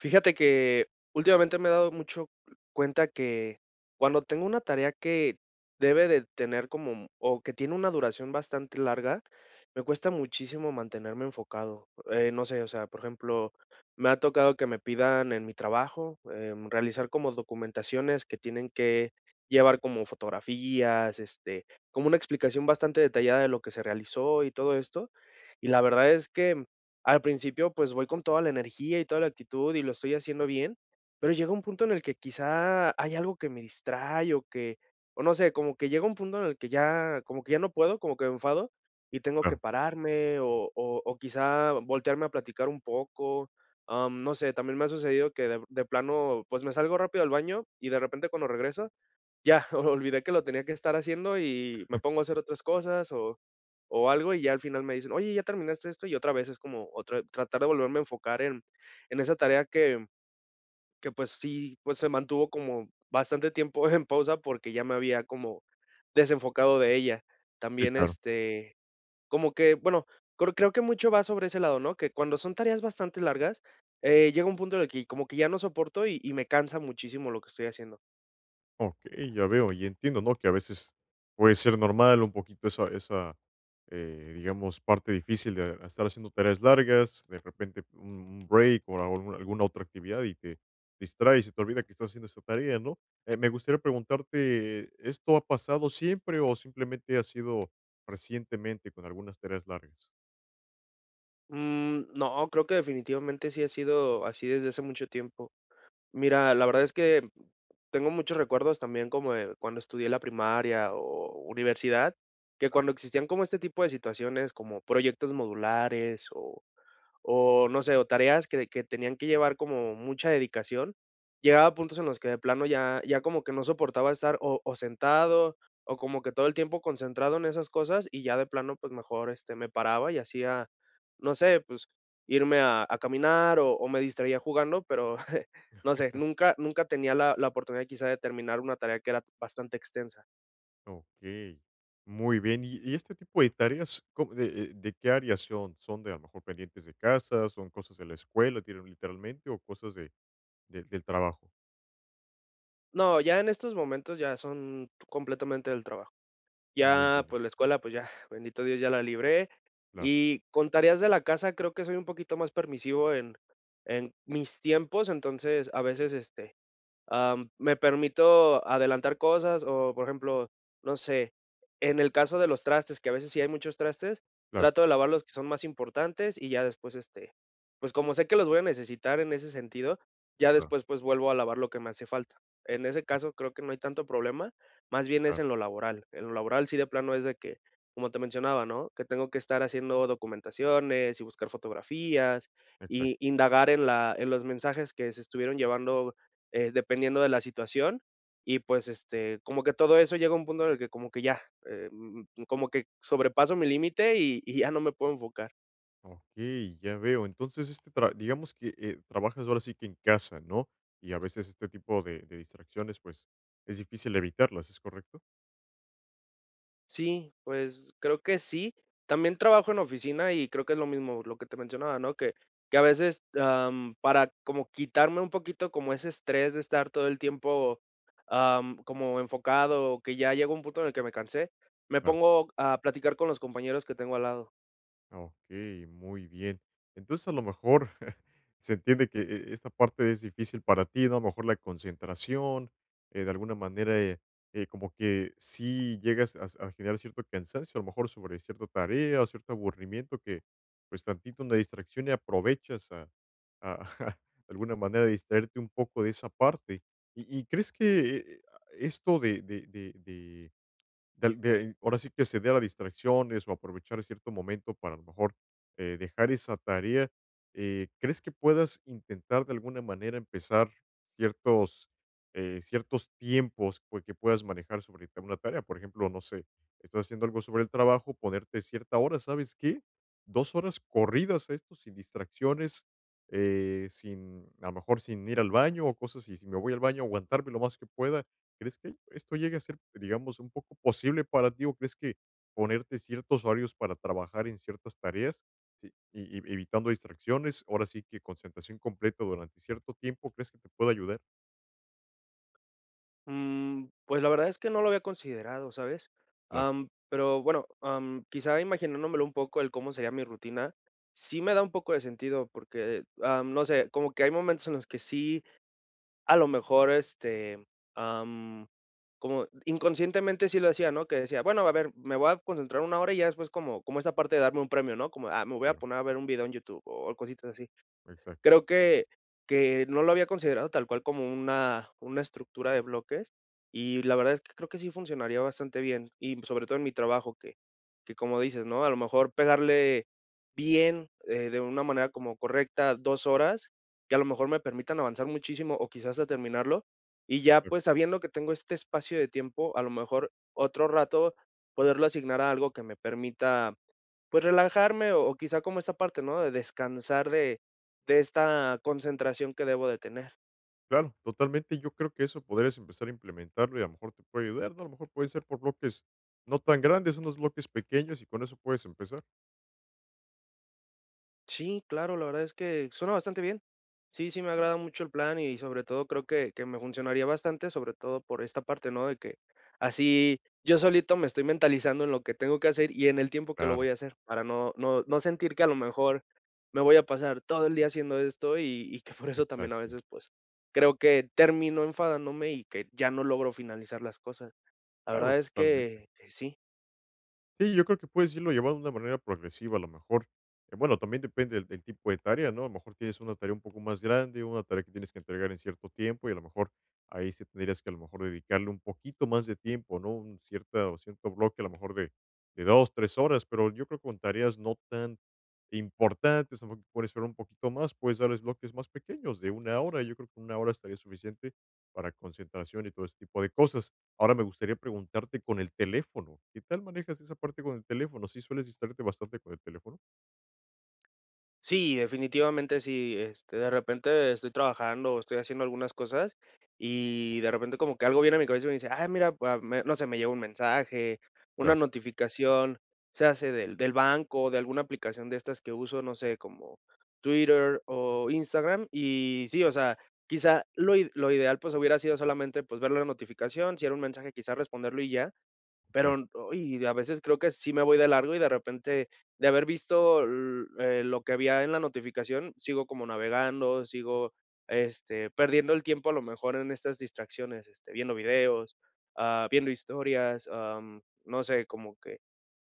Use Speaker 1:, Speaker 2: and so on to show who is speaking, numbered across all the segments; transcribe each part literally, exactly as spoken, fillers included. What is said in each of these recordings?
Speaker 1: Fíjate que últimamente me he dado mucho cuenta que cuando tengo una tarea que debe de tener como o que tiene una duración bastante larga, me cuesta muchísimo mantenerme enfocado. Eh, no sé, o sea, por ejemplo, me ha tocado que me pidan en mi trabajo, em, realizar como documentaciones que tienen que llevar como fotografías, este, como una explicación bastante detallada de lo que se realizó y todo esto. Y la verdad es que al principio, pues, voy con toda la energía y toda la actitud y lo estoy haciendo bien, pero llega un punto en el que quizá hay algo que me distrae o que o no sé, como que llega un punto en el que ya como que ya no puedo, como que me enfado y tengo que
Speaker 2: Claro,
Speaker 1: pararme o o o quizá voltearme a platicar un poco. Am, no sé, también me ha sucedido que de de plano, pues, me salgo rápido al baño y de repente cuando regreso ya, olvidé que lo tenía que estar haciendo y me pongo a hacer otras cosas o o algo, y ya al final me dicen: "Oye, ¿ya terminaste esto?". Y otra vez es como otra tratar de volverme a enfocar en en esa tarea que que, pues sí, pues se mantuvo como bastante tiempo en pausa porque ya me había como desenfocado de ella.
Speaker 2: sí,
Speaker 1: También,
Speaker 2: claro.
Speaker 1: este, como que, bueno, creo creo que mucho va sobre ese lado, ¿no? Que cuando son tareas bastante largas, eh, llega un punto en el que como que ya no soporto y y me cansa muchísimo lo que estoy haciendo.
Speaker 2: Okey, ya veo y entiendo, ¿no?, que a veces puede ser normal un poquito esa esa, eh, digamos, parte difícil de estar haciendo tareas largas, de repente un un break o algu alguna otra actividad y te distraes, y te olvida que estás haciendo esa tarea, ¿no? Eh, me gustaría preguntarte, ¿esto ha pasado siempre o simplemente ha sido recientemente con algunas tareas largas?
Speaker 1: Mm, no, creo que definitivamente sí ha sido así desde hace mucho tiempo. Mira, la verdad es que tengo muchos recuerdos también como de cuando estudié la primaria o universidad, que cuando existían como este tipo de situaciones, como proyectos modulares o o no sé, o tareas que que tenían que llevar como mucha dedicación, llegaba a puntos en los que de plano ya ya como que no soportaba estar o o sentado, o como que todo el tiempo concentrado en esas cosas, y ya de plano, pues, mejor, este, me paraba y hacía, no sé, pues, irme a a caminar o o me distraía jugando, pero no sé, nunca nunca tenía la la oportunidad quizá de terminar una tarea que era bastante extensa.
Speaker 2: Ok, muy bien. Y y este tipo de tareas, ¿cómo de eh, de qué áreas son? ¿Son de a lo mejor pendientes de casa, son cosas de la escuela, tienen literalmente o cosas de de del trabajo?
Speaker 1: No, ya en estos momentos ya son completamente del trabajo.
Speaker 2: Muy
Speaker 1: Ya,
Speaker 2: bien,
Speaker 1: pues, la escuela, pues ya, bendito Dios, ya la libré.
Speaker 2: claro,
Speaker 1: Y con tareas de la casa creo que soy un poquito más permisivo en en mis tiempos, entonces, a veces, este, Am, me permito adelantar cosas o, por ejemplo, no sé, en el caso de los trastes, que a veces sí hay muchos trastes,
Speaker 2: claro,
Speaker 1: trato de lavar los que son más importantes y ya después, este, pues como sé que los voy a necesitar en ese sentido, ya
Speaker 2: claro,
Speaker 1: después pues vuelvo a lavar lo que me hace falta. En ese caso creo que no hay tanto problema, más bien es
Speaker 2: claro,
Speaker 1: en lo laboral. En lo laboral sí de plano es de que, como te mencionaba, ¿no? Que tengo que estar haciendo documentaciones y buscar fotografías y
Speaker 2: exacto.
Speaker 1: indagar en la, en los mensajes que se estuvieron llevando eh, dependiendo de la situación. Y pues, este, como que todo eso llega a un punto en el que como que ya, eh, mm, mm, como que sobrepaso mi límite y, y ya no me puedo enfocar.
Speaker 2: Ok, ya veo. Entonces, este tra digamos que, eh, trabajas ahora sí que en casa, ¿no? Y a veces este tipo de de distracciones, pues, es difícil evitarlas, ¿es correcto?
Speaker 1: Sí, pues creo que sí. También trabajo en oficina y creo que es lo mismo, lo que te mencionaba, ¿no? Que, que a veces am, para como quitarme un poquito como ese estrés de estar todo el tiempo am, como enfocado, que ya llega un punto en el que me cansé, me
Speaker 2: Claro.
Speaker 1: pongo a platicar con los compañeros que tengo al lado.
Speaker 2: Ok, muy bien. Entonces a lo mejor se entiende que eh, esta parte es difícil para ti, ¿no? A lo mejor la concentración, eh, de alguna manera, eh, eh, como que sí llegas a, a generar cierto cansancio, a lo mejor sobre cierta tarea o cierto aburrimiento que pues tantito una distracción y aprovechas a, a- de alguna manera distraerte un poco de esa parte. ¿Y, y crees que eh, esto de, de, de, del- de- ahora sí que se dé a las distracciones o aprovechar cierto momento para a lo mejor eh, dejar esa tarea, eh, ¿crees que puedas intentar de alguna manera empezar ciertos, eh, ciertos tiempos pues, que puedas manejar sobre ta- una tarea? Por ejemplo, no sé, estás haciendo algo sobre el trabajo, ponerte cierta hora, ¿sabes qué? Dos horas corridas a esto, sin distracciones, eh, sin, a lo mejor sin ir al baño o cosas, y si me voy al baño, aguantarme lo más que pueda. ¿Crees que esto llegue a ser, digamos, un poco posible para ti o crees que ponerte ciertos horarios para trabajar en ciertas tareas sí, y, y evitando distracciones, ahora sí que concentración completa durante cierto tiempo, crees que te puede ayudar?
Speaker 1: Mm, pues la verdad es que no lo había considerado, ¿sabes?
Speaker 2: Claro,
Speaker 1: Am, pero bueno, am, quizá imaginándomelo un poco el cómo sería mi rutina, sí me da un poco de sentido porque, am, no sé, como que hay momentos en los que sí, a lo mejor, este, am, como inconscientemente sí lo decía, ¿no? Que decía, bueno, a ver, me voy a concentrar una hora y ya después como, como esa parte de darme un premio, ¿no? Como, ah, me voy a
Speaker 2: claro,
Speaker 1: poner a ver un video en YouTube o cositas así.
Speaker 2: exacto.
Speaker 1: Creo que que no lo había considerado tal cual como una una estructura de bloques, y la verdad es que creo que sí funcionaría bastante bien, y sobre todo en mi trabajo, que que como dices, ¿no? A lo mejor pegarle bien, eh, de una manera como correcta dos horas, que a lo mejor me permitan avanzar muchísimo, o quizás hasta terminarlo, y ya,
Speaker 2: Exacto.
Speaker 1: pues, sabiendo que tengo este espacio de tiempo, a lo mejor otro rato poderlo asignar a algo que me permita, pues, relajarme o o quizá como esta parte, ¿no?, de descansar de de esta concentración que debo de tener.
Speaker 2: Claro, totalmente. Yo creo que eso podrías empezar a implementarlo y a lo mejor te puede ayudar, ¿no? A lo mejor pueden ser por bloques no tan grandes, unos bloques pequeños y con eso puedes empezar.
Speaker 1: Sí, claro, la verdad es que suena bastante bien. Sí, sí me agrada mucho el plan y sobre todo creo que que me funcionaría bastante, sobre todo por esta parte, ¿no?, de que así yo solito me estoy mentalizando en lo que tengo que hacer y en el tiempo que lo voy
Speaker 2: Claro,
Speaker 1: a hacer, para no no no sentir que a lo mejor me voy a pasar todo el día haciendo esto y y que por eso también a
Speaker 2: exacto.
Speaker 1: veces, pues, creo que termino enfadándome y que ya no logro finalizar las cosas. La
Speaker 2: Claro,
Speaker 1: verdad es
Speaker 2: totalmente.
Speaker 1: que eh, sí.
Speaker 2: Sí, yo creo que puedes irlo llevando de una manera progresiva, a lo mejor. Eh, bueno, también depende del, del tipo de tarea, ¿no? A lo mejor tienes una tarea un poco más grande, una tarea que tienes que entregar en cierto tiempo y a lo mejor ahí sí tendrías que a lo mejor dedicarle un poquito más de tiempo, ¿no? Un cierta, o cierto bloque a lo mejor de, de dos, tres horas, pero yo creo que con tareas no tan importantes, a lo mejor que puedes esperar un poquito más, puedes darles bloques más pequeños de una hora. Yo creo que una hora estaría suficiente para concentración y todo ese tipo de cosas. Ahora me gustaría preguntarte con el teléfono, ¿qué tal manejas esa parte con el teléfono? ¿Sí sueles distraerte bastante con el teléfono?
Speaker 1: Sí, definitivamente sí. Este, de repente estoy trabajando o estoy haciendo algunas cosas y de repente como que algo viene a mi cabeza y me dice, ah, mira, pa- me- no sé, me llega un mensaje, una
Speaker 2: Claro,
Speaker 1: notificación, se hace del, del banco, de alguna aplicación de estas que uso, no sé, como Twitter o Instagram. Y sí, o sea, quizá lo, i- lo ideal pues hubiera sido solamente pues ver la notificación, si era un mensaje, quizá responderlo y ya.
Speaker 2: exacto,
Speaker 1: Pero, y a veces creo que sí me voy de largo y de repente, de haber visto l eh, lo que había en la notificación, sigo como navegando, sigo, este, perdiendo el tiempo a lo mejor en estas distracciones, este, viendo videos, ah, viendo historias, am, no sé, como que,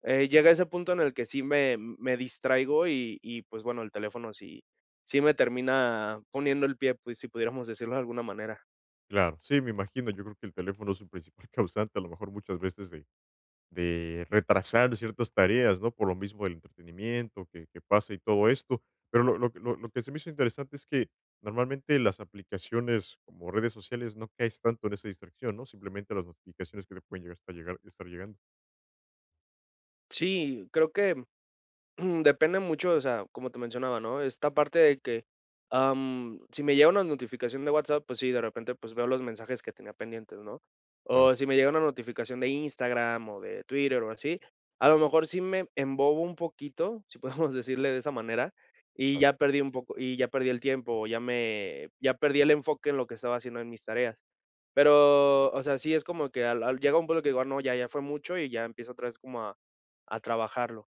Speaker 1: eh, llega ese punto en el que sí me me distraigo y y, pues, bueno, el teléfono sí sí me termina poniendo el pie, pues, si pudiéramos decirlo de alguna manera.
Speaker 2: claro. Sí, me imagino, yo creo que el teléfono es el principal causante, a lo mejor muchas veces de de retrasar ciertas tareas, ¿no? Por lo mismo del entretenimiento que que pasa y todo esto. Pero lo lo que lo lo que se me hizo interesante es que normalmente las aplicaciones como redes sociales no caes tanto en esa distracción, ¿no? Simplemente las notificaciones que te pueden llegar hasta llegar estar llegando.
Speaker 1: Sí, creo que depende mucho, o sea, como te mencionaba, ¿no? Esta parte de que, am, si me llega una notificación de WhatsApp, pues sí, de repente, pues veo los mensajes que tenía pendientes, ¿no?
Speaker 2: Claro,
Speaker 1: O
Speaker 2: claro.
Speaker 1: si me llega una notificación de Instagram o de Twitter o así, a lo mejor sí me embobo un poquito, si podemos decirle de esa manera, y ya perdí un poco, y ya perdí el tiempo, o ya me, ya perdí el enfoque en lo que estaba haciendo en mis tareas. Pero, o sea, sí es como que al- al- llega un punto que digo, "Ah, no, ya, ya fue mucho y ya empiezo otra vez como a, a trabajarlo".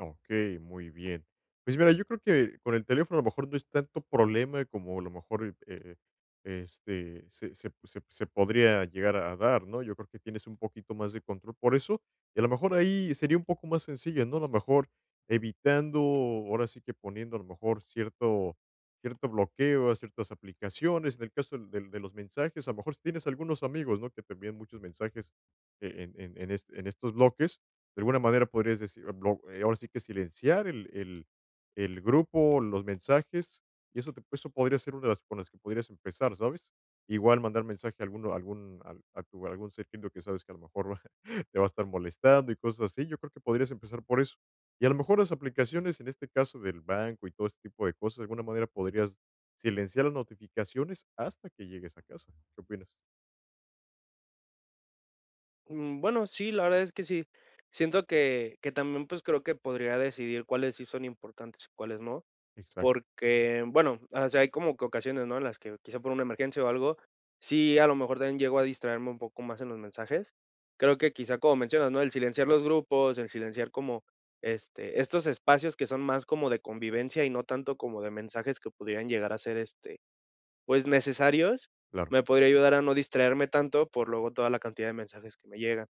Speaker 2: Ok, muy bien. Pues mira, yo creo que con el teléfono a lo mejor no es tanto problema como a lo mejor, eh, este, se se se se podría llegar a dar, ¿no? Yo creo que tienes un poquito más de control por eso, y a lo mejor ahí sería un poco más sencillo, ¿no? A lo mejor evitando, ahora sí que poniendo a lo mejor cierto cierto bloqueo a ciertas aplicaciones. En el caso del del- de los mensajes, a lo mejor si tienes algunos amigos, ¿no? Que te envían muchos mensajes eh, en en en este en estos bloques, de alguna manera podrías decir, blo- eh, ahora sí que silenciar el, el, el grupo, los mensajes, y eso, te, eso podría ser una de las con las que podrías empezar, ¿sabes? Igual mandar mensaje a, alguno, algún, al- a tu, algún ser querido que sabes que a lo mejor va- te va a estar molestando y cosas así. Yo creo que podrías empezar por eso. Y a lo mejor las aplicaciones, en este caso del banco y todo este tipo de cosas, de alguna manera podrías silenciar las notificaciones hasta que llegues a casa. ¿Qué opinas?
Speaker 1: Mm, bueno, sí, la verdad es que sí. Siento que que también, pues, creo que podría decidir cuáles sí son importantes y cuáles no,
Speaker 2: Exacto,
Speaker 1: porque, bueno, o sea, hay como que ocasiones, ¿no?, en las que quizá por una emergencia o algo, sí, a lo mejor también llego a distraerme un poco más en los mensajes. Creo que quizá, como mencionas, ¿no?, el silenciar los grupos, el silenciar como, este, estos espacios que son más como de convivencia y no tanto como de mensajes que pudieran llegar a ser, este, pues, necesarios,
Speaker 2: claro.
Speaker 1: me podría ayudar a no distraerme tanto por luego toda la cantidad de mensajes que me llegan.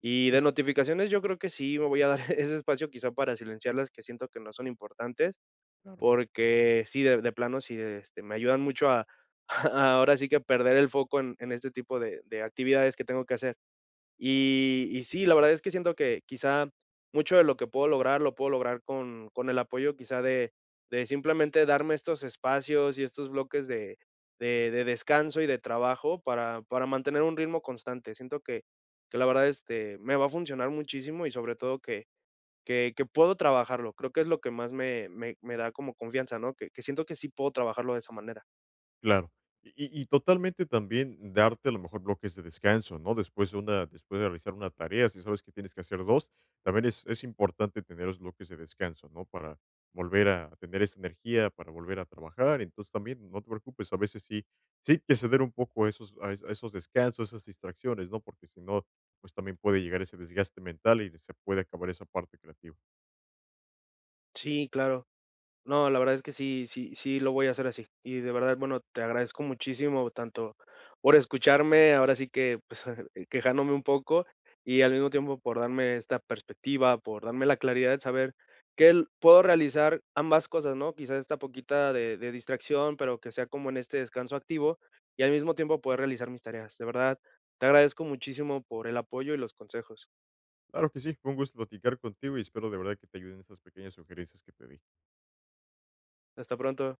Speaker 1: Y
Speaker 2: Sí,
Speaker 1: de notificaciones, yo creo que sí me voy a dar ese espacio quizá para silenciar las que siento que no son importantes,
Speaker 2: claro.
Speaker 1: porque sí, de de plano, sí, este, me ayudan mucho a a ahora sí que perder el foco en en este tipo de de actividades que tengo que hacer. Y y sí, la verdad es que siento que quizá mucho de lo que puedo lograr, lo puedo lograr con con el apoyo quizá de de simplemente darme estos espacios y estos bloques de de de descanso y de trabajo para para mantener un ritmo constante. Siento que que la verdad, este, me va a funcionar muchísimo y sobre todo que que que puedo trabajarlo. Creo que es lo que más me me me da como confianza, ¿no? Que que siento que sí puedo trabajarlo de esa manera.
Speaker 2: Claro. Y y y totalmente también darte a lo mejor bloques de descanso, ¿no? Después de una después de realizar una tarea, si sabes que tienes que hacer dos, también es es importante tener los bloques de descanso, ¿no? Para volver a tener esa energía, para volver a trabajar. Entonces, también no te preocupes, a veces sí sí hay que ceder un poco a esos a es- a esos descansos, esas distracciones, ¿no? Porque si no, pues también puede llegar ese desgaste mental y se puede acabar esa parte creativa.
Speaker 1: Sí, claro. No, la verdad es que sí, sí, sí lo voy a hacer así. Y de verdad, bueno, te agradezco muchísimo tanto por escucharme, ahora sí que pues, quejándome un poco y al mismo tiempo por darme esta perspectiva, por darme la claridad de saber que el- puedo realizar ambas cosas, ¿no? Quizás esta poquita de, de distracción, pero que sea como en este descanso activo y al mismo tiempo poder realizar mis tareas. De verdad, te agradezco muchísimo por el apoyo y los consejos.
Speaker 2: Claro que sí, fue un gusto platicar contigo y espero de verdad que te ayuden estas pequeñas sugerencias que te di.
Speaker 1: Hasta pronto.